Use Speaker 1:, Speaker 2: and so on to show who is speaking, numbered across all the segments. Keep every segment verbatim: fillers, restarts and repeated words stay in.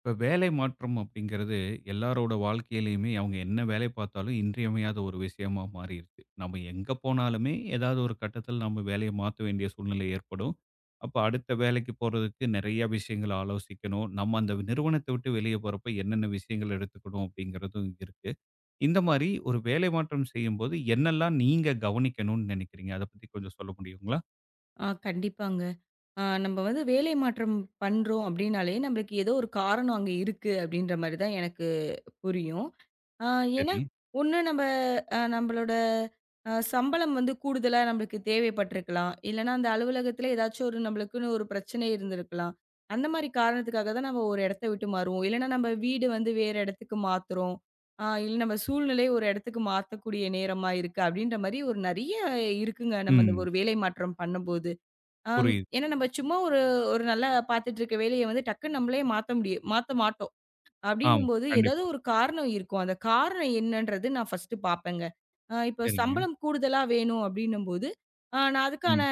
Speaker 1: இப்ப வேலை மாற்றம் அப்படிங்கிறது எல்லாரோட வாழ்க்கையிலயுமே அவங்க என்ன வேலை பார்த்தாலும் இன்றியமையாத ஒரு விஷயமா மாறிடுச்சு. நம்ம எங்க போனாலுமே ஏதாவது ஒரு கட்டத்தில் நம்ம வேலையை மாற்ற வேண்டிய சூழ்நிலை ஏற்படும். அப்ப அடுத்த வேலைக்கு போறதுக்கு நிறைய விஷயங்கள ஆலோசிக்கணும். நம்ம அந்த நிறுவனத்த விட்டு வெளியே போறப்ப என்னென்ன விஷயங்கள் எடுத்துக்கணும் அப்படிங்கிறதும் இருக்கு. இந்த மாதிரி ஒரு வேலை மாற்றம் செய்யும்போது என்னெல்லாம் நீங்க கவனிக்கணும்னு நினைக்கிறீங்க? அத பத்தி கொஞ்சம் சொல்ல முடியுங்களா?
Speaker 2: ஆ கண்டிப்பாங்க. ஆ நம்ம வந்து வேலை மாற்றம் பண்றோம் அப்டின்னாலே, நம்மளுக்கு ஏதோ ஒரு காரணம் அங்க இருக்கு அப்டின்ற மாரி தான் எனக்கு புரியும். ஆ ஏன்னா,
Speaker 1: சரி.
Speaker 2: ஒண்ணு நம்ம அ நம்மளோட அ சம்பளம் வந்து கூடுதலா நம்மளுக்கு தேவைப்பட்டிருக்கலாம். இல்லன்னா அந்த அலுவலகத்தில ஏதாச்சும் ஒரு நம்மளுக்குன்னு ஒரு பிரச்சனை இருந்திருக்கலாம். அந்த மாரி காரணத்துக்காக தான் நம்ம ஒரு இடத்த விட்டு மாறுவோம். இல்லன்னா நம்ம வீடு வந்து வேற இடத்துக்கு மாத்துறோம். ஆ இல்ல நம்ம சூழ்நிலை ஒரு இடத்துக்கு மாத்தக்கூடிய நேரமா இருக்கு அப்டின்ற மாரி ஒரு நெறைய இருக்குங்க. நம்ம அந்த
Speaker 1: ம்.
Speaker 2: ஒரு வேலை மாற்றம் பண்ணும்போது. ஆம்.
Speaker 1: புரியுது.
Speaker 2: ஏன்னா நம்ம சும்மா ஒரு ஒரு நல்லா பார்த்துட்டு இருக்க வேலைய வந்து டக்குன்னு நம்மளே மாத்த முடியும் மாத்த மாட்டோம்.
Speaker 1: ஆமா.
Speaker 2: அப்படின்னும்போது ஏதாவது
Speaker 1: கண்டிப்பா.
Speaker 2: ஒரு காரணம் இருக்கும். அந்த காரணம் என்னன்றது நான் ஃபர்ஸ்ட்டு பார்ப்பேங்க. அ இப்போ
Speaker 1: சரிங்க.
Speaker 2: சம்பளம் கூடுதலா வேணும் அப்படின்னும்போது, அ நான் அதுக்கான
Speaker 1: ம்.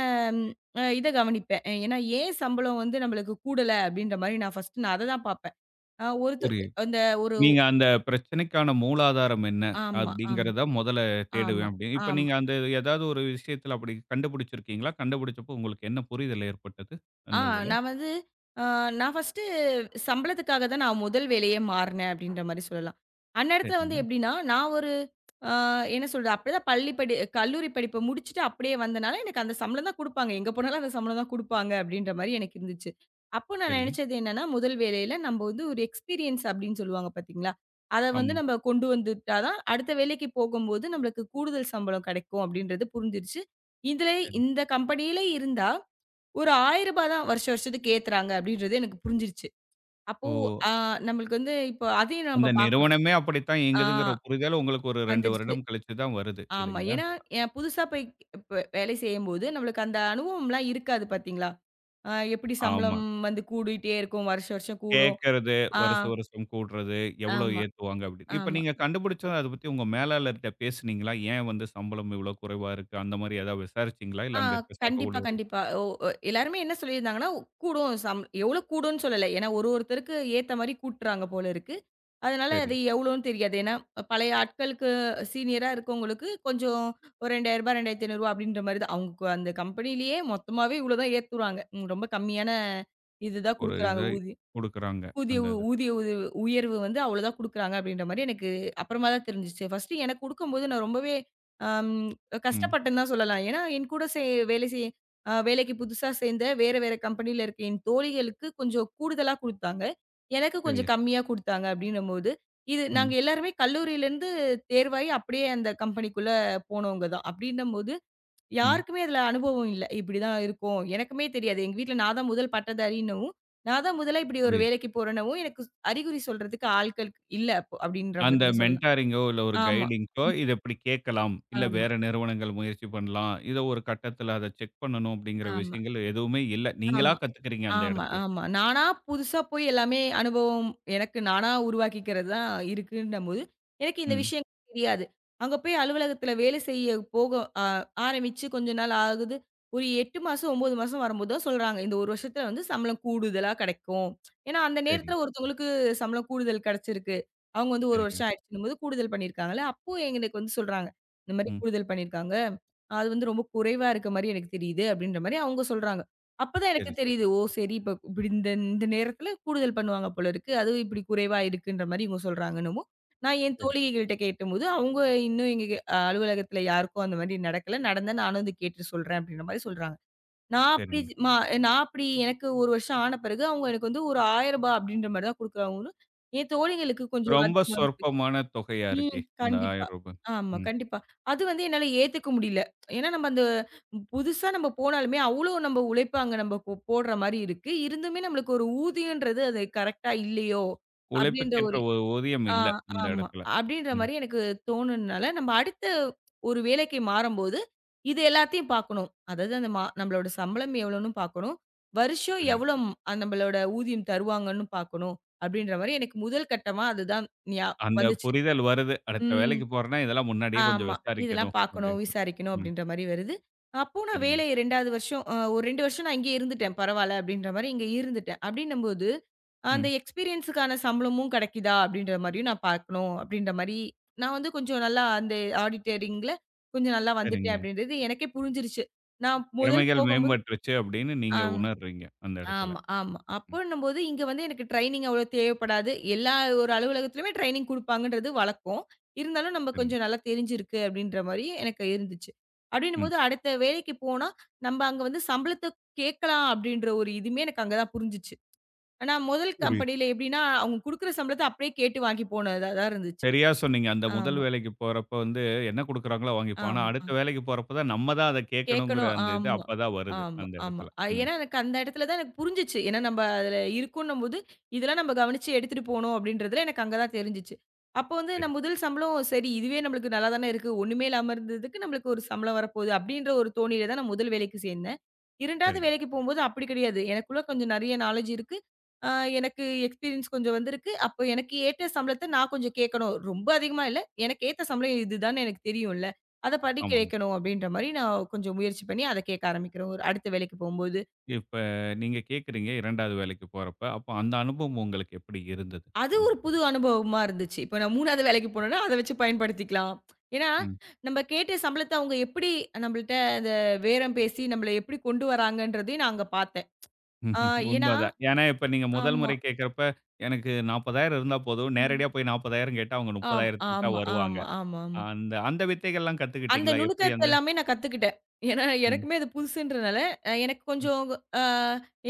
Speaker 2: அ இத கவனிப்பேன். அஹ் ஏன்னா ஏன் சம்பளம் வந்து நம்மளுக்கு கூடல அப்படின்ற மாரி நான் ஃபர்ஸ்ட்டு நான் அத தான் பார்ப்பேன். அ ஒருத்த
Speaker 1: புரியுது.
Speaker 2: அந்த ஒரு
Speaker 1: நீங்க அந்த பிரச்சனைக்கான மூலாதாரம் என்ன?
Speaker 2: ஆமா, ஆமா,
Speaker 1: அப்படிங்கிறத முதல்ல
Speaker 2: ஆமா,
Speaker 1: தேடுவேன் அப்படின்னு. இப்ப
Speaker 2: ஆமா.
Speaker 1: நீங்க அந்த ஏதாவது ஒரு விஷயத்துல அப்படி கண்டுபிடிச்சிருக்கீங்களா? கண்டுபிடிச்சப்போ உங்களுக்கு என்ன புரிதல் ஏற்பட்டது?
Speaker 2: ஆ
Speaker 1: அந்த இதுல.
Speaker 2: நான் வந்து அ நான் ஃபர்ஸ்ட்டு சம்பளத்துக்காக தான் நான் முதல் வேலையே மாறுனேன் அப்படின்ற மாரி சொல்லலாம். அந்த இடத்துல வந்து
Speaker 1: சரிங்க.
Speaker 2: எப்படின்னா, நான் ஒரு அ என்ன சொல்றது, அப்பதான் பள்ளி படி கல்லூரி படிப்ப முடிச்சுட்டு அப்படியே வந்தனால எனக்கு அந்த சம்பளம் தான் குடுப்பாங்க. எங்க போனாலும் அந்த சம்பளம் தான் குடுப்பாங்க அப்படின்ற மாரி எனக்கு இருந்துச்சு. அப்போ நான்
Speaker 1: சரி.
Speaker 2: நினைச்சது என்னன்னா, முதல் வேலையில நம்ப வந்து ஒரு எக்ஸ்பீரியன்ஸ் அப்படின்னு சொல்லுவாங்க பார்த்தீங்களா? அத வந்து
Speaker 1: ஆமாங்க.
Speaker 2: நம்ம கொண்டு வந்துட்டா தான் அடுத்த வேலைக்கு போகும்போது நம்மளுக்கு கூடுதல் சம்பளம் கிடைக்கும் அப்படின்றது புரிஞ்சிருச்சு. இதுல
Speaker 1: சரி.
Speaker 2: இந்த கம்பெனியில இருந்தா ஒரு ரூ. ஆயிரம் தான் வருஷம் வருஷத்துக்கு ஏத்துறாங்க அப்படின்றது எனக்கு புரிஞ்சிருச்சு. அப்போ
Speaker 1: ஓ!
Speaker 2: ஆ நம்மளுக்கு வந்து இப்போ அதையும்
Speaker 1: அந்த
Speaker 2: நம்ம பார்க்கணும்.
Speaker 1: நிறுவனமே அப்படித்தான்
Speaker 2: ஆ
Speaker 1: இயங்குதுங்கிற புரிதல் உங்களுக்கு ஒரு இரண்டு
Speaker 2: வந்துருச்சு.
Speaker 1: வருடம் கழிச்சு தான் வருது
Speaker 2: ஆமா.
Speaker 1: இல்லைங்களா?
Speaker 2: ஏன்னா என் புதுசா போய் இப்ப வேலை செய்யும்போது நம்மளுக்கு அந்த அனுபவம்லாம் இருக்காது பார்த்தீங்களா? அ எப்படி
Speaker 1: ஆமா.
Speaker 2: சம்பளம் வந்து கூடிட்டே இருக்கும். வருஷம் வருஷம் கூடும்.
Speaker 1: கேட்கறது,
Speaker 2: ஆ
Speaker 1: வருஷம் வருஷம் கூடுறது, எவ்வளோ
Speaker 2: ஆமா,
Speaker 1: ஏத்துவாங்க அப்படின்னு. இப்ப
Speaker 2: ஆமா.
Speaker 1: நீங்க கண்டுபிடிச்சத அத பத்தி உங்க மேலாளர்ட்ட பேசுனீங்களா? ஏன் வந்து சம்பளம் இவ்வளோ குறைவா இருக்கு? அந்த மாரி ஏதாவது விசாரிச்சீங்களா?
Speaker 2: ஆ
Speaker 1: இல்ல அங்க இருக்க சக
Speaker 2: கண்டிப்பா,
Speaker 1: ஊழியர்கள்
Speaker 2: கண்டிப்பா. ஓ! ஒ எல்லாருமே என்ன சொல்லியிருந்தாங்கன்னா, கூடும் சம் எவ்வளோ கூடும்ன்னு சொல்லல. ஏன்னா ஒரு ஒருத்தருக்கு ஏத்த மாரி கூட்டுறாங்க போல இருக்கு. அதனால
Speaker 1: சரி.
Speaker 2: அது எவ்வளோன்னு தெரியாது. ஏன்னா பழைய ஆட்களுக்கு சீனியரா இருக்கவங்களுக்கு கொஞ்சம் ஒரு ரூ. இரண்டாயிரம் ரூ. இரண்டாயிரத்து ஐநூறு அப்படின்ற மாரி தான். அவங்க கு- அந்த கம்பெனியிலேயே மொத்தமாவே இவ்வளோ தான் ஏத்துறாங்க. ம் ரொம்ப கம்மியான இதுதான்
Speaker 1: ஒரு இத
Speaker 2: குடுக்குறாங்க ஊதியம்.
Speaker 1: குடுக்குறாங்க.
Speaker 2: ஊதிய
Speaker 1: அந்த
Speaker 2: உ
Speaker 1: இதுல.
Speaker 2: ஊதிய உ உயர்வு வந்து அவ்வளோ தான் குடுக்குறாங்க அப்படின்ற மாரி எனக்கு அப்புறமா தான் தெரிஞ்சுச்சு. ஃபர்ஸ்ட்டு எனக்கு குடுக்கும்போது நான் ரொம்பவே அம்
Speaker 1: ம்.
Speaker 2: கஷ்டப்பட்டேன்னு தான் சொல்லலாம். ஏன்னா, என் கூட சே வேலை செய் அ வேலைக்கு புதுசா சேர்ந்த வேற வேற கம்பெனியில இருக்க என் தோழிகளுக்கு கொஞ்சம் கூடுதலா குடுத்தாங்க. எனக்கு
Speaker 1: சரியா
Speaker 2: கொஞ்சம்
Speaker 1: சொ
Speaker 2: கம்மியா குடுத்தாங்க அப்படின்னும்போது, இது நாங்க
Speaker 1: ம்,
Speaker 2: எல்லாருமே கல்லூரியிலேருந்து தேர்வாயி அப்படியே அந்த கம்பெனிக்குள்ள போனவங்க தான். அப்படின்னும்போது
Speaker 1: ம்.
Speaker 2: யாருக்குமே அதுல அனுபவம் இல்ல. இப்படிதான் இருக்கும். எனக்குமே தெரியாது. எங்க வீட்ல நான் தான் முதல் பட்டதாரின்னவும், நான் தான் முதலா இப்படி ஒரு
Speaker 1: புரியுது.
Speaker 2: வேலைக்கு போறேன்னவும், எனக்கு அறிகுறி சொல்றதுக்கு ஆட்கள் இல்ல அப்போ அப்படின்ற
Speaker 1: அந்த
Speaker 2: மாரி தான் சொல்லலாம்.
Speaker 1: மென்டாரிங்கோ, இல்ல ஒரு
Speaker 2: ஆமா,
Speaker 1: கைடிங்கோ, இத இப்படி கேட்கலாம். இல்ல
Speaker 2: ஆமா,
Speaker 1: வேற நிறுவனங்கள் முயற்சி பண்ணலாம். இத ஒரு கட்டத்துல அத செக் பண்ணணும் அப்படிங்கிற
Speaker 2: ஆமா,
Speaker 1: விஷயங்கள் எதுவுமே இல்ல. நீங்களா
Speaker 2: ஆமா.
Speaker 1: கத்துக்கிறீங்க அந்த
Speaker 2: ஆமா,
Speaker 1: இடத்துல.
Speaker 2: ஆமா. நானா புதுசா போய் எல்லாமே அனுபவம் எனக்கு நானா உருவாக்கிக்கிறது தான் இருக்குன்னம்போது, எனக்கு இந்த
Speaker 1: ம்.
Speaker 2: விஷயம் தெரியாது. அங்க போய் அலுவலகத்தில வேலை செய்ய போக அ ஆரம்பிச்சு கொஞ்ச நாள் ஆகுது. ஒரு எட்டு மாசம், ஒன்பது மாசம் வரும்போது தான் சொல்றாங்க. இந்த ஒரு வருஷத்துல வந்து சம்பளம் கூடுதலா கெடைக்கும். ஏன்னா, அந்த
Speaker 1: சரிங்க,
Speaker 2: நேரத்துல ஒருத்தவங்களுக்கு சம்பளம் கூடுதல் கெடைச்சிருக்கு. அவங்க வந்து ஒரு
Speaker 1: சரிங்க.
Speaker 2: வருஷம் ஆயிடுச்சுன்னும்போது கூடுதல் பண்ணியிருக்காங்கல்ல. அப்போ எங்களுக்கு வந்து சொல்றாங்க. இந்த மாரி
Speaker 1: ம்.
Speaker 2: கூடுதல் பண்ணியிருக்காங்க. அது வந்து ரொம்ப குறைவா இருக்க மாரி எனக்கு தெரியுது. அப்டின்ற மாரி அவங்க சொல்றாங்க. அப்பதான் எனக்கு
Speaker 1: சரி, சரி.
Speaker 2: தெரியுது. ஓ! சரி இப்ப இப்படி இந்த இந்த நேரத்துல கூடுதல் பண்ணுவாங்க போல இருக்கு. அதுவும் இப்படி குறைவா இருக்குன்ற மாரி இவங்க சொல்றாங்கன்னவும், நான் என்
Speaker 1: சரிங்க,
Speaker 2: தோழிகள்கிட்ட கேட்டபோது, அவங்க இன்னும் எங்க அ அலுவலகத்துல யாருக்கும் அந்த மாரி நடக்கல. நடந்தா நானும் வந்து கேட்டு சொல்றேன் அப்படின்ற மாரி சொல்றாங்க. நான் அப்படி
Speaker 1: சரிங்க.
Speaker 2: மா நான் அப்படி எனக்கு ஒரு வருஷம் ஆன பிறகு அவங்க எனக்கு வந்து ஒரு ரூ. ஆயிரம் அப்படின்ற மாரி தான் குடுக்குறாங்கன்னு, என் தோழிகளுக்கு கொஞ்சம்
Speaker 1: ரொம்ப
Speaker 2: அதிகமா
Speaker 1: சொற்பமான தொகையா இருக்கே!
Speaker 2: ம்.
Speaker 1: அந்த ரூ.
Speaker 2: கண்டிப்பா.
Speaker 1: ஆயிரம்.
Speaker 2: ஆமா,
Speaker 1: ம்.
Speaker 2: கண்டிப்பா. அது வந்து என்னால ஏத்துக்க முடியல. ஏன்னா நம்ம அந்த புதுசா நம்ம போனாலுமே, அவ்ளோ நம்ம உழைப்பாங்க நம்ம போ போடுற மாரி இருக்கு. இருந்துமே நம்மளுக்கு ஒரு ஊதியன்றது அது கரெக்ட்டா இல்லையோ! அப்டின்ற
Speaker 1: உழைப்புக்கேற்ற
Speaker 2: ஒரு
Speaker 1: ஒரு ஊதியம்
Speaker 2: ஆ
Speaker 1: இல்ல அந்த
Speaker 2: ஆமா.
Speaker 1: இடத்துல.
Speaker 2: அப்டின்ற
Speaker 1: ம்.
Speaker 2: மாரி எனக்கு தோணுனனால, நம்ம அடுத்த ஒரு வேலைக்கு மாறும்போது, இது எல்லாத்தையும் பார்க்கணும். அதாவது அந்த மா நம்மளோட சம்பளம் எவ்வளோன்னு பார்க்கணும். வருஷம்
Speaker 1: புரியுது.
Speaker 2: எவ்வளோ நம்மளோட ஊதியம் தருவாங்கன்னு பார்க்கணும். அப்டின்ற மாரி எனக்கு முதல் கட்டமா அதுதான் ஞா
Speaker 1: அந்த
Speaker 2: வந்துச்சு.
Speaker 1: புரிதல் வருது. அடுத்த
Speaker 2: ம்.
Speaker 1: வேலைக்கு போறேன்னா, இதெல்லாம் முன்னாடியே கொஞ்சம்
Speaker 2: ஆமா. இதெல்லாம்
Speaker 1: விசாரிக்கணும்
Speaker 2: பார்க்கணும்,
Speaker 1: அப்படின்னு சொல்லி.
Speaker 2: விசாரிக்கணும்
Speaker 1: ம்.
Speaker 2: அப்படின்ற மாரி வருது. அப்போ நான்
Speaker 1: சரிங்க.
Speaker 2: வேலைய 2வது வருஷம் அ ஒரு ரெண்டு வருஷம் நான் இங்கேயே இருந்துட்டேன். பரவால்ல அப்படின்ற மாரி இங்க இருந்துட்டேன். அப்படின்னும்போது, அந்த
Speaker 1: ம்.
Speaker 2: எக்ஸ்பீரியன்ஸுக்கான சம்பளமும் கிடைக்குதா அப்படின்ற மாரியும் நான் பார்க்கணும் அப்படின்ற மாரி, நான் வந்து கொஞ்சம் நல்லா அந்த ஆடிட்டரிங்ல கொஞ்சம் நல்லா வந்துட்டேன்
Speaker 1: சரிங்க.
Speaker 2: அப்படின்றது எனக்கே புரிஞ்சிருச்சு. நான் முதல்
Speaker 1: திறமைகள்
Speaker 2: போகும்போது
Speaker 1: மேம்பட்டுருச்சு அப்படின்னு
Speaker 2: ஆ.
Speaker 1: நீங்க உணர்றீங்க அந்த இடத்துல.
Speaker 2: ஆமா, ஆமா.
Speaker 1: ம்.
Speaker 2: அப்பன்னும்போது இங்க வந்து எனக்கு ட்ரெய்னிங் அவ்வளோ தேவைப்படாது. எல்லா ஒரு அலுவலகத்திலுமே ட்ரெய்னிங் குடுப்பாங்கன்றது வழக்கம். இருந்தாலும் நம்ம
Speaker 1: சரிங்க.
Speaker 2: கொஞ்சம் நல்லா தெரிஞ்சிருக்கு அப்படின்ற மாரி எனக்கு இருந்துச்சு.
Speaker 1: ம்.
Speaker 2: அப்படின்னும்போது அடுத்த வேலைக்கு போனா, நம்ம அங்க வந்து சம்பளத்த கேட்கலாம் அப்படின்ற ஒரு இதுவுமே எனக்கு அங்க தான் புரிஞ்சுச்சு. ஆனா முதல்
Speaker 1: புரியுது.
Speaker 2: கம்பெனியில எப்படின்னா, அவங்க குடுக்குற சம்பளத்த அப்படியே கேட்டு வாங்கி போனதா தான் இருந்துச்சு.
Speaker 1: சரியா சொன்னீங்க. அந்த முதல்
Speaker 2: ஆமா,
Speaker 1: வேலைக்கு போறப்ப வந்து என்ன குடுக்குறாங்களோ வாங்கிப்போம். ஆனா
Speaker 2: ஆமா.
Speaker 1: அடுத்த வேலைக்கு போறப்ப தான் நம்ம தான் அத கேட்கணுங்கிற
Speaker 2: கேட்கணும்.
Speaker 1: அந்த இது
Speaker 2: ஆமா.
Speaker 1: அப்பதான் வருது
Speaker 2: ஆமா,
Speaker 1: அந்த
Speaker 2: ஆமா.
Speaker 1: இடத்துல.
Speaker 2: அது
Speaker 1: ம்.
Speaker 2: ஏன்னா எனக்கு அந்த இடத்துல தான் எனக்கு புரிஞ்சுச்சு. ஏன்னா நம்ம அதுல இருக்கோன்னும்போது, இதெல்லாம் நம்ம கவனிச்சு எடுத்துட்டு போணும் அப்படின்றதுல எனக்கு அங்க தான் தெரிஞ்சுச்சு. அப்போ வந்து
Speaker 1: சரி,
Speaker 2: நான் முதல் சம்பளம் சரி இதுவே நம்மளுக்கு நல்லா தானே இருக்கு. ஒண்ணுமே இல்லாம இருந்ததுக்கு நம்மளுக்கு ஒரு சம்பளம் வரப்போகுது அப்படின்ற ஒரு தோணியில தான் நான் முதல் வேலைக்கு சேர்ந்தேன். 2வது
Speaker 1: சரிங்க.
Speaker 2: வேலைக்கு போகும்போது அப்படி கிடையாது. எனக்குள்ள கொஞ்சம் நிறைய நாலேட்ஜ் இருக்கு. அ எனக்கு எக்ஸ்பீரியன்ஸ் கொஞ்சம் வந்திருக்கு. அப்போ எனக்கு ஏத்த சம்பளத்த நான் கொஞ்சம் கேட்கணும். ரொம்ப அதிகமா இல்ல. எனக்கு ஏத்த சம்பளம் இதுதான்னு எனக்கு தெரியும்ல. அத படிக்க
Speaker 1: ஆமாங்க.
Speaker 2: வைக்கணும் அப்படின்ற மாரி நான் கொஞ்சம் முயற்சி பண்ணி அத கேட்க ஆரம்பிக்கிறேன். ஒரு அடுத்த வேலைக்கு போம்போது.
Speaker 1: இப்ப நீங்க கேட்குறீங்க 2வது வேலைக்கு போறப்ப, அப்ப அந்த அனுபவம் உங்களுக்கு எப்படி இருந்தது?
Speaker 2: அது ஒரு புது அனுபவமா இருந்துச்சு. இப்ப நான் 3வது வேலைக்கு போனேன்னா, அத வச்சு பயன்படுத்திக்கலாம். ஏன்னா,
Speaker 1: ம்.
Speaker 2: நம்ம கேட்ட சம்பளத்த அவங்க எப்படி நம்மள்ட்ட அந்த பேரம் பேசி நம்மள எப்படி கொண்டு வராங்கன்றதையும் நான் அங்க பார்த்தேன். ஆ
Speaker 1: ம்ஹ்ம்.
Speaker 2: ஏன்னா
Speaker 1: உண்மதான். ஏன்னா, இப்ப நீங்க முதல்
Speaker 2: ஆமா.
Speaker 1: முறை கேட்கிறப்ப, எனக்கு நாற்பதாயிரம் இருந்தா போதும்.
Speaker 2: ம்.
Speaker 1: நேரடியா போய் நாற்பதாயிரம் கேட்டா, அவங்க
Speaker 2: ஆம்
Speaker 1: 30,000க்கு தான்
Speaker 2: ஆமா, ஆமா,
Speaker 1: வருவாங்க.
Speaker 2: ஆமா, ஆமாமா.
Speaker 1: அந்த அந்த வித்தைகள்லாம்
Speaker 2: அந்த
Speaker 1: கத்துக்கிட்டீங்களா? எப்படி
Speaker 2: நுணுக்கத்த
Speaker 1: அந்த
Speaker 2: எல்லாமே நான் கத்துக்கிட்டேன். ஏன்னா,
Speaker 1: ம்.
Speaker 2: எனக்குமே அது புதுசுன்றனால, அ எனக்கு
Speaker 1: ம்.
Speaker 2: கொஞ்சம் அ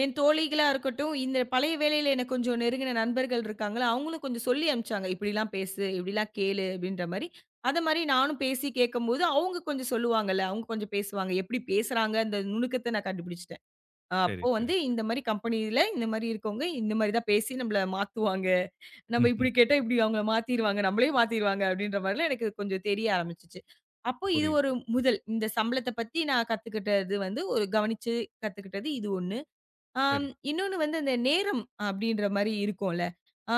Speaker 2: என் தோழிகளா இருக்கட்டும், இந்த பழைய வேலையில எனக்கு கொஞ்சம் நெருங்கின நண்பர்கள் இருக்காங்கல்ல, அவங்களும் கொஞ்சம் சொல்லி அனுப்பிச்சாங்க. "இப்படிலாம் பேசு, இப்படிலாம் கேளு" அப்படின்ற மாரி. அத மாரி நானும் பேசி கேட்கும்போது, அவங்க கொஞ்சம் சொல்லுவாங்கல்ல, அவங்க கொஞ்சம் பேசுவாங்க. எப்படி பேசுறாங்க அந்த நுணுக்கத்த நான் கண்டுபிடிச்சுட்டேன். அ
Speaker 1: சரி,
Speaker 2: அப்போ
Speaker 1: சரி,
Speaker 2: வந்து
Speaker 1: சரி.
Speaker 2: இந்த மாரி கம்பெனியில இந்த மாரி இருக்கவங்க, இந்த மாரி தான் பேசி நம்மள மாத்துவாங்க. நம்ம
Speaker 1: ம்ஹ்ம்.
Speaker 2: இப்படி கேட்டா இப்படி அவங்க மாத்திருவாங்க. நம்மளே மாத்திருவாங்க அப்படின்ற மாரிலாம் எனக்கு கொஞ்சம் தெரிய ஆரம்பிச்சுச்சு. அப்போ இது
Speaker 1: புரியுது.
Speaker 2: ஒரு முதல். இந்த சம்பளத்த பத்தி நான் கத்துக்கிட்டது வந்து ஒரு கவனிச்சு கத்துக்கிட்டது இது ஒண்ணு. ஆம்,
Speaker 1: சரி.
Speaker 2: இன்னொன்னு வந்து அந்த நேரம் அப்படின்ற மாரி இருக்கும்ல. ஆ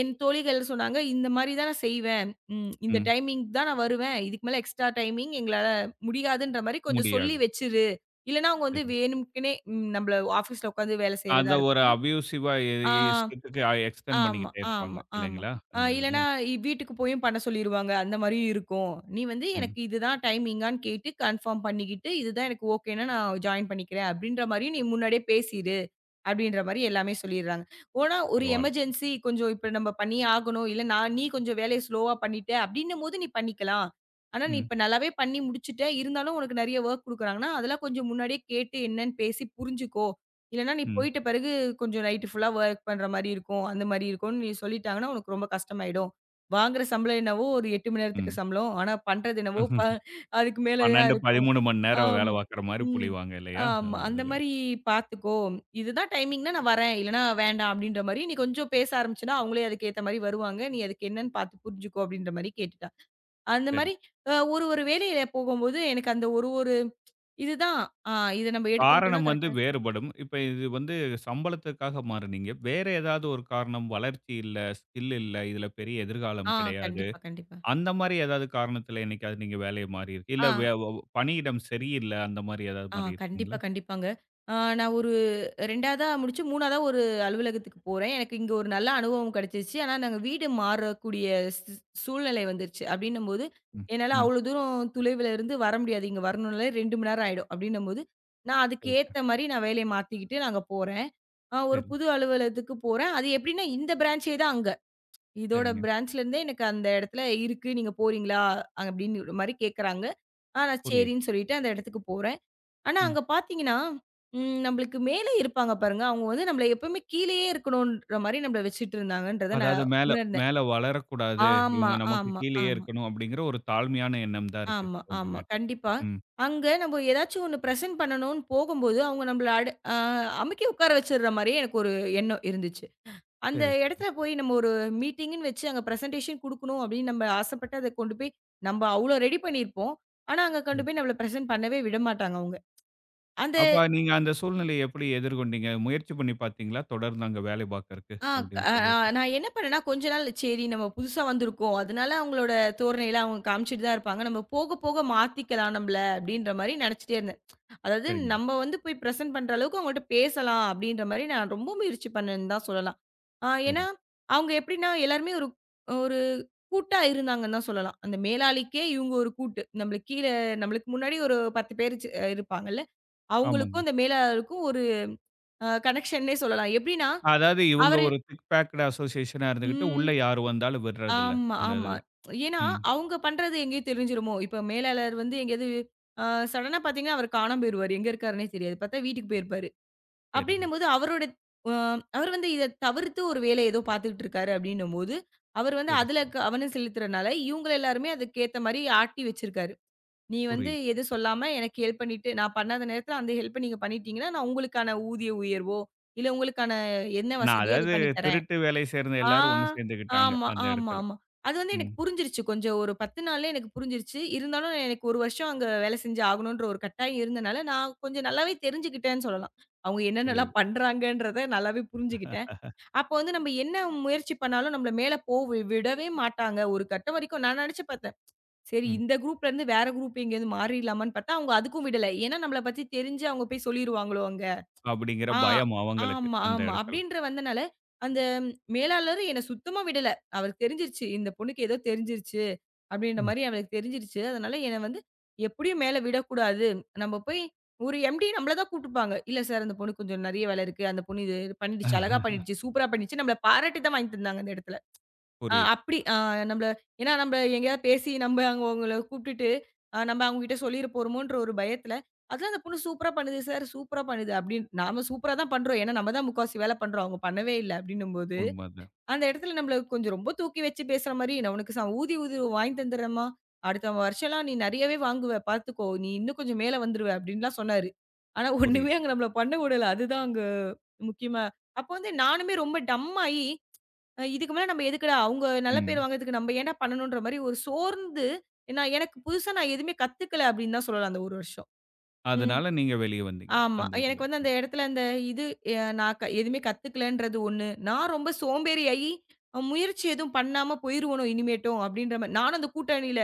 Speaker 2: என் தோழிகள் சொன்னாங்க, "இந்த மாரி தான் நான் செய்வேன். ம் இந்த
Speaker 1: ம்.
Speaker 2: டைமிங் தான் நான் வருவேன். இதுக்கு மேல எக்ஸ்ட்ரா டைமிங் எங்களால முடியாதுன்ற மாரி கொஞ்சம் சொல்லி
Speaker 1: முடியாது.
Speaker 2: வச்சுரு." இல்லன்னா அவங்க வந்து
Speaker 1: சரி.
Speaker 2: வேணும்க்குன்னே ம் நம்மள ஆஃபீஸ்ல உட்காந்து வேலை செய்றதா
Speaker 1: அத ஒரு
Speaker 2: இருக்கட்டும்.
Speaker 1: அப்யூசிவா எ
Speaker 2: ஆ,
Speaker 1: எ இஷ்டத்துக்கு அ எக்ஸ்டெண்ட்
Speaker 2: ஆமா,
Speaker 1: பண்ணிக்கிட்டே இருப்பாங்க.
Speaker 2: ஆமா, ஆமா.
Speaker 1: இல்லைங்களா?
Speaker 2: ஆ
Speaker 1: அந்த இதுல.
Speaker 2: இல்லன்னா இ வீட்டுக்கு போயும் பண்ண சொல்லிருவாங்க. அந்த மாரியும் இருக்கும். "நீ வந்து
Speaker 1: ம்.
Speaker 2: எனக்கு இதுதான் டைமிங்கான்னு கேட்டு கன்ஃபார்ம் பண்ணிக்கிட்டு, இதுதான் எனக்கு ஓகேன்னா நான் ஜாயின் பண்ணிக்கிறேன்." அப்படின்ற மாரியும் நீ முன்னாடியே பேசிரு. அப்படின்ற மாரி எல்லாமே சொல்லிடுறாங்க. ஓனா ஒரு
Speaker 1: பரவால்ல.
Speaker 2: எமர்ஜென்சி கொஞ்சம் இப்ப நம்ம பண்ணியே ஆகணும். இல்ல நான் நீ கொஞ்சம் வேலைய ஸ்லோவா பண்ணிட்ட அப்படின்னும்போது நீ பண்ணிக்கலாம். ஆனா நீ
Speaker 1: ம்.
Speaker 2: இப்ப நல்லாவே பண்ணி முடிச்சுட்ட. இருந்தாலும் உனக்கு நெறைய வொர்க் குடுக்குறாங்கன்னா, அதெல்லாம் கொஞ்சம் முன்னாடியே கேட்டு என்னன்னு பேசி புரிஞ்சுக்கோ. இல்லன்னா நீ
Speaker 1: ம்.
Speaker 2: போயிட்ட பிறகு கொஞ்சம் நைட் ஃபுல்லா வொர்க் பண்ற மாரி இருக்கும். அந்த மாரி இருக்கும்னு நீ சொல்லிட்டாங்கன்னா, உனக்கு ரொம்ப கஷ்டமாயிடும். வாங்குற சம்பளம் என்னவோ ஒரு எட்டு மணி நேரத்துக்கு
Speaker 1: ம்.
Speaker 2: சம்பளம். ஆனா பண்றது என்னவோ ப அதுக்கு மேலயா
Speaker 1: பன்னிரண்டு,
Speaker 2: இருக்கும்.
Speaker 1: பதிமூன்று மணி நேரம் வேலை
Speaker 2: ஆமா.
Speaker 1: பாக்குற மாரி
Speaker 2: ம்.
Speaker 1: புழிவாங்க இல்லையா?
Speaker 2: ஆமா.
Speaker 1: அந்த
Speaker 2: அந்த
Speaker 1: இதுல.
Speaker 2: மாரி பார்த்துக்கோ. இதுதான் டைமிங்ன்னா நான் வரேன். இல்லன்னா வேண்டாம் அப்டின்ற மாரி நீ கொஞ்சம் பேச ஆரம்பிச்சன்னா, அவங்களே அதுக்கு ஏத்த மாரி வருவாங்க. நீ அதுக்கு என்னன்னு பார்த்து புரிஞ்சுக்கோ அப்டின்ற மாரி கேட்டுட்டா. அந்த
Speaker 1: சரி.
Speaker 2: மாரி அ ஒரு ஒரு வேலையில போகும்போது எனக்கு அந்த ஒரு ஒரு இதுதான். ஆ இத நம்ம எடுத்துக்கிட்டோம்னா
Speaker 1: காரணம் வந்து
Speaker 2: கரெக்ட்டா.
Speaker 1: வேறுபடும். இப்ப இது வந்து சம்பளத்துக்காக மாறுனீங்க. வேற ஏதாவது ஒரு காரணம் வளர்ச்சி இல்ல, ஸ்கில் இல்ல, இதுல பெரிய எதிர்காலம்
Speaker 2: ஆ
Speaker 1: கிடையாது.
Speaker 2: கண்டிப்பா, கண்டிப்பா.
Speaker 1: அந்த மாரி ஏதாவது காரணத்துல என்னைக்காவது நீங்க வேலைய மாறியிருக்கு இல்ல
Speaker 2: ஆ.
Speaker 1: வே வ பணியிடம் சரியில்ல அந்த மாரி ஏதாவது
Speaker 2: ஆ கண்டிப்பா,
Speaker 1: மாறியிருக்கீங்களா?
Speaker 2: கண்டிப்பாங்க. ஆ நான் ஒரு 2ஆவதா முடிச்சு 3ஆவதா ஒரு அலுவலகத்துக்கு போறேன். எனக்கு இங்க ஒரு நல்ல அனுபவம் கிடைச்சிருச்சு. ஆனா, நாங்க வீடு மாறக்கூடிய ஸ் சூழ்நிலை வந்துருச்சு. அப்டின்னும்போது,
Speaker 1: ம்,
Speaker 2: என்னால
Speaker 1: ம்.
Speaker 2: அவ்ளோ தூரம் துளைவில இருந்து வர முடியாது. இங்க வரணும்னாலே ரெண்டு மணி நேரம் ஆயிடும். அப்டின்னும்போது, நான் அதுக்கு
Speaker 1: சரிங்க.
Speaker 2: ஏத்த மாரி நான் வேலைய மாத்திக்கிட்டு நாங்க போறேன். ஆ ஒரு
Speaker 1: சரி,
Speaker 2: புது அலுவலகத்துக்கு போறேன். அது எப்டின்னா, இந்த பிரான்ச்சே தான் அங்க. இதோட
Speaker 1: சரிங்க.
Speaker 2: பிரான்ச்ல இருந்தே எனக்கு அந்த இடத்துல இருக்கு. நீங்க போறீங்களா? அப்டின்னு மாரி கேட்கறாங்க. ஆ நான்
Speaker 1: புரியுது.
Speaker 2: சரின்னு சொல்லிட்டு அந்த இடத்துக்கு போறேன். ஆனா
Speaker 1: ம்.
Speaker 2: அங்க பார்த்தீங்கன்னா, ம் நம்மளுக்கு மேலே இருப்பாங்க பாருங்க. அவங்க வந்து நம்மள எப்பவுமே கீழேயே இருக்கணுன்ற மாரி நம்மள வச்சுட்டு இருந்தாங்கன்றத
Speaker 1: அதாவது
Speaker 2: நான்
Speaker 1: மேல
Speaker 2: உணர்ந்தேன்.
Speaker 1: மேல வளரக்கூடாது.
Speaker 2: ஆமா,
Speaker 1: இவங்க நமக்கு
Speaker 2: ஆமா,
Speaker 1: கீழயே
Speaker 2: ஆமா,
Speaker 1: இருக்கணும் அப்படிங்கிற ஒரு தாழ்மையான எண்ணம் தான் இருக்கு
Speaker 2: ஆமா, ஆமா.
Speaker 1: உங்ககிட்ட.
Speaker 2: கண்டிப்பா.
Speaker 1: ம்.
Speaker 2: அங்க நம்ம ஏதாச்சும் ஒண்ணு பிரசன்ட் பண்ணணும்னு போகும்போது, அவங்க நம்மள அடு அ அமுக்கி உட்கார வச்சுடுற மாரியே எனக்கு ஒரு எண்ணம் இருந்துச்சு. அந்த
Speaker 1: சரி, சரி,
Speaker 2: இடத்துல போய் நம்ம ஒரு மீட்டிங்ன்னு வச்சு அங்க பிரசன்டேஷன் குடுக்கணும் அப்படின்னு நம்ம ஆசைப்பட்டு அத கொண்டு போய் நம்ம அவ்ளோ ரெடி பண்ணியிருப்போம். ஆனா, அங்க கொண்டு
Speaker 1: சரி.
Speaker 2: போய் நம்மள பிரசன்ட் பண்ணவே விடமாட்டாங்க அவங்க. அந்த
Speaker 1: அப்ப நீங்க அந்த சூழ்நிலைய எப்படி எதிர்கொண்டீங்க? முயற்சி பண்ணி பார்த்தீங்களா? தொடர்ந்து அங்க வேலை பார்க்கறக்கு
Speaker 2: ஆ
Speaker 1: அப்படின்னு
Speaker 2: அ
Speaker 1: சொல்லிட்டு.
Speaker 2: நான் என்ன பண்ணேன்னா, கொஞ்ச நாள் சரி நம்ம புதுசா வந்திருக்கோம். அதனால அவங்களோட தோரணைலாம் அவங்க காமிச்சுட்டு தான் இருப்பாங்க. நம்ம போக போக மாத்திக்கலாம் நம்மள அப்படின்ற மாரி நெனச்சுட்டே இருந்தேன். அதாவது
Speaker 1: சரிங்க.
Speaker 2: நம்ம வந்து போய் பிரசன்ட் பண்ற அளவுக்கு அவங்கள்ட்ட பேசலாம் அப்படின்ற மாரி நான் ரொம்ப முயற்சி பண்ணேன்னு தான் சொல்லலாம். ஆ ஏன்னா,
Speaker 1: சரி.
Speaker 2: அவங்க எப்படின்னா எல்லாருமே ஒரு ஒரு கூட்டா இருந்தாங்கன்னு தான் சொல்லலாம். அந்த மேலாளிக்கே இவங்க ஒரு கூட்டு. நம்மளுக்கு கீழ நம்மளுக்கு முன்னாடி ஒரு பத்து பேர் சி அஹ் இருப்பாங்கல்ல.
Speaker 1: ஆமாங்க.
Speaker 2: அவங்களுக்கும் அந்த மேலாளருக்கும் ஒரு அ கனெக்ஷன்னே சொல்லலாம். எப்படின்னா
Speaker 1: அதாவது இவங்க
Speaker 2: அவரு
Speaker 1: ஒரு திக் பேக்டு அசோசியேஷனா இருந்துகிட்டு, உள்ள
Speaker 2: ம்.
Speaker 1: யாரு வந்தாலும் விடுறதில்ல.
Speaker 2: ஆமா,
Speaker 1: அந்த
Speaker 2: ஆமா.
Speaker 1: இதுல.
Speaker 2: ஏன்னா,
Speaker 1: ம்.
Speaker 2: அவங்க பண்றது எங்கேயும் தெரிஞ்சிருமோ! இப்ப மேலாளர் வந்து எங்கேயாவது அ சடனா பார்த்தீங்கன்னா, அவர் காணாம போயிருவாரு. எங்க இருக்காருன்னே தெரியாது. பார்த்தா வீட்டுக்கு போயிருப்பாரு.
Speaker 1: சரிங்க.
Speaker 2: அப்பிடின்னும்போது அவரோட அ அவர் வந்து இத தவிர்த்து ஒரு வேலைய ஏதோ பார்த்துக்கிட்டு இருக்காரு அப்பிடின்னும்போது, அவர் வந்து
Speaker 1: சரி,
Speaker 2: அதில
Speaker 1: சரி.
Speaker 2: கவனம் செலுத்துறனால, இவுங்க எல்லாருமே அதுக்கேத்தமாரி ஆட்டி வச்சிருக்காரு. நீ வந்து
Speaker 1: புரியுது.
Speaker 2: எதுவும் சொல்லாம எனக்கு ஹெல்ப் பண்ணிட்டு நான் பண்ணாத நேரத்தில அந்த ஹெல்ப்ப நீங்க பண்ணிட்டீங்கன்னா, நான் உங்களுக்கான ஊதிய உயர்வோ! இல்ல உங்களுக்கான என்ன
Speaker 1: நான்
Speaker 2: வசதியோ! அத
Speaker 1: அதாவது
Speaker 2: பண்ணி தரேன்.
Speaker 1: திருட்டு வேலை சேர்ந்த
Speaker 2: ஆ,
Speaker 1: எல்லாரும் ஒண்ணு சேர்ந்துக்கிட்டாங்க,
Speaker 2: ஆமா,
Speaker 1: அந்த
Speaker 2: ஆமா,
Speaker 1: இடத்துல.
Speaker 2: ஆமா. அது வந்து
Speaker 1: ம்.
Speaker 2: எனக்கு புரிஞ்சிருச்சு. கொஞ்சம் ஒரு பத்து நாள்லயே எனக்கு புரிஞ்சிருச்சு. இருந்தாலும் எனக்கு ஒரு வருஷம் அங்க வேலை செஞ்சு ஆகணுன்ற ஒரு கட்டாயம் இருந்தனால, நான் கொஞ்சம் நல்லாவே தெரிஞ்சுக்கிட்டேன்னு சொல்லலாம். அவங்க என்னென்னலாம்
Speaker 1: புரியுது.
Speaker 2: பண்றாங்கன்றத நல்லாவே புரிஞ்சுக்கிட்டேன். அப்ப வந்து நம்ம என்ன முயற்சி பண்ணாலும் நம்மள மேல போ வி- விடவே மாட்டாங்க. ஒரு கட்டம் வரைக்கும் நான் நினைச்சு பார்த்தேன். சரி
Speaker 1: ம்.
Speaker 2: இந்த குரூப்ல இருந்து வேற குரூப் எங்கேயாவது மாறிடலாமான்னு பார்த்தா, அவங்க அதுக்கும் விடல. ஏன்னா நம்மள பத்தி தெரிஞ்சு அவங்க போய் சொல்லிருவாங்களோ அங்க.
Speaker 1: அப்படிங்கிற
Speaker 2: ஆ,
Speaker 1: பயம் அவங்களுக்கு,
Speaker 2: ஆமா,
Speaker 1: அந்த
Speaker 2: ஆமா.
Speaker 1: இடத்துல.
Speaker 2: அப்டின்ற வந்தனால, அந்த மேலாளர் என்ன சுத்தமா விடல. அவருக்கு தெரிஞ்சிருச்சு. இந்த பொண்ணுக்கு ஏதோ தெரிஞ்சிருச்சு. அப்டின்ற
Speaker 1: ம்.
Speaker 2: மாரி அவளுக்கு தெரிஞ்சிருச்சு. அதனால என்ன வந்து எப்டியும் மேல விடக்கூடாது. நம்ம போய் ஒரு எம்டி நம்மள தான் கூப்ட்டுப்பாங்க. இல்ல சார் அந்த பொண்ணுக்கு கொஞ்சம் நெறைய வேல இருக்கு. அந்த பொண்ணு இது பண்ணிடுச்சு. அழகா பண்ணிடுச்சு. சூப்பரா பண்ணிடுச்சு. நம்மள பாராட்டி தான் வாங்கி தந்தாங்க அந்த இடத்துல. ஆ
Speaker 1: புரியுது.
Speaker 2: அப்படி ஆ நம்பள ஏன்னா நம்ப எங்கேயாவது பேசி நம்ப அங்க அவங்கள கூப்ட்டுட்டு, அ நம்ப அவங்ககிட்ட சொல்லிற போறோமோன்ற ஒரு பயத்துல, அதெல்லாம் அந்த பொண்ணு சூப்பரா பண்ணுது சார், சூப்பரா பண்ணுது அப்படின்னு நாம சூப்பரா தான் பண்றோம். ஏன்னா நம்ம தான் முக்காவாசி வேல பண்றோம். அவங்க பண்ணவே இல்ல அப்படின்னும்போது,
Speaker 1: உண்மதான்.
Speaker 2: அந்த இடத்துல நம்மள கொஞ்சம் ரொம்ப தூக்கி வச்சு பேசுற மாரி, "நான் உனக்கு ச ஊதி ஊதி வாங்கி தந்துடுறேன்ம்மா. அடுத்த வருஷம்லாம் நீ நெறையவே வாங்குவ. பார்த்துக்கோ. நீ இன்னும் கொஞ்சம் மேல வந்துருவ" அப்படின்லாம் சொன்னாரு. ஆனா ஒண்ணுமே
Speaker 1: புரியுது.
Speaker 2: அங்க நம்மள பண்ண விடல. அதுதான் அங்க முக்கியமா அப்போ வந்து நானுமே ரொம்ப டம் ஆயி அ இதுக்கு மேல நம்ம எதுக்குடா? அவங்க நல்ல பேர்
Speaker 1: ம்.
Speaker 2: வாங்குறதுக்கு நம்ம ஏன்டா பண்ணணுன்ற மாரி ஒரு சோர்ந்து நான் எனக்கு புதுசா நான் எதுவுமே கத்துக்கல அப்படின்னு தான் சொல்லலாம் அந்த ஒரு வருஷம். ம்.
Speaker 1: அதனால நீங்க வெளிய வந்தீங்க,
Speaker 2: ஆமா.
Speaker 1: அந்த இதுல.
Speaker 2: எனக்கு வந்து அந்த இடத்துல அந்த இது அ நான் க எதுவுமே கத்துக்கலன்றது ஒண்ணு. நான் ரொம்ப சோம்பேறியாகி முயற்சி எதுவும் பண்ணாம போயிருவனோ இனிமேட்டும் அப்படின்ற மாரி நானும் அந்த கூட்டணியில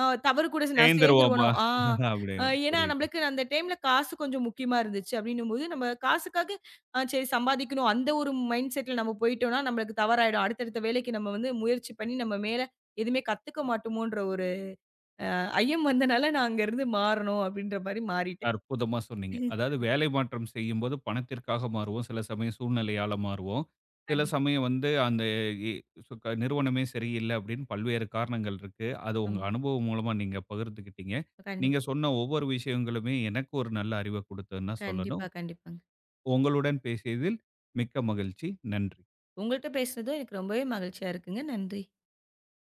Speaker 2: ஆ தவறு கூட சே நான் சேர்ந்துருவனோ!
Speaker 1: சேர்ந்துருவோமா?
Speaker 2: ஆ
Speaker 1: அப்படி
Speaker 2: அ ஏன்னா
Speaker 1: புரியுது.
Speaker 2: நம்மளுக்கு அந்த டைம்ல காசு கொஞ்சம் முக்கியமா இருந்துச்சு அப்பிடின்னும்போது, நம்ம காசுக்காக ஆ சரி சம்பாதிக்கணும். அந்த ஒரு மைண்ட் செட்ல நம்ம போயிட்டோன்னா, நம்மளுக்கு தவறாயிடும். அடுத்தடுத்த வேலைக்கு நம்ம வந்து முயற்சி பண்ணி நம்ம மேல எதுவுமே கத்துக்க மாட்டோமோன்ற ஒரு ஐயம் வந்தனால, நான் அங்கேருந்து மாறணும் அப்பிடின்றமாரி மாறிட்டேன்.
Speaker 1: அற்புதமா சொன்னீங்க.
Speaker 2: ம்.
Speaker 1: அதாவது வேலை மாற்றம் செய்யும்போது பணத்திற்காக மாறுவோம். சில சமயம் சூழ்நிலையால மாறுவோம். சில
Speaker 2: கண்டிப்பா.
Speaker 1: சமயம் வந்து அந்த இ சு க நிறுவனமே சரியில்ல அப்படின்னு பல்வேறு காரணங்கள் இருக்கு. அது உங்க
Speaker 2: ஆமா.
Speaker 1: அனுபவம் மூலமா நீங்க பகிர்ந்துக்கிட்டீங்க.
Speaker 2: கண்டிப்
Speaker 1: நீங்க சொன்ன ஒவ்வொரு விஷயங்களுமே எனக்கு ஒரு நல்ல அறிவ குடுத்ததுன்னு தான் சொல்லணும்.
Speaker 2: கண்டிப்பா, கண்டிப்பாங்க.
Speaker 1: உங்களுடன் பேசியதில் மிக்க மகிழ்ச்சி. நன்றி.
Speaker 2: உங்கள்ட்ட பேசுனதும் எனக்கு ரொம்பவே மகிழ்ச்சியா இருக்குங்க. நன்றி.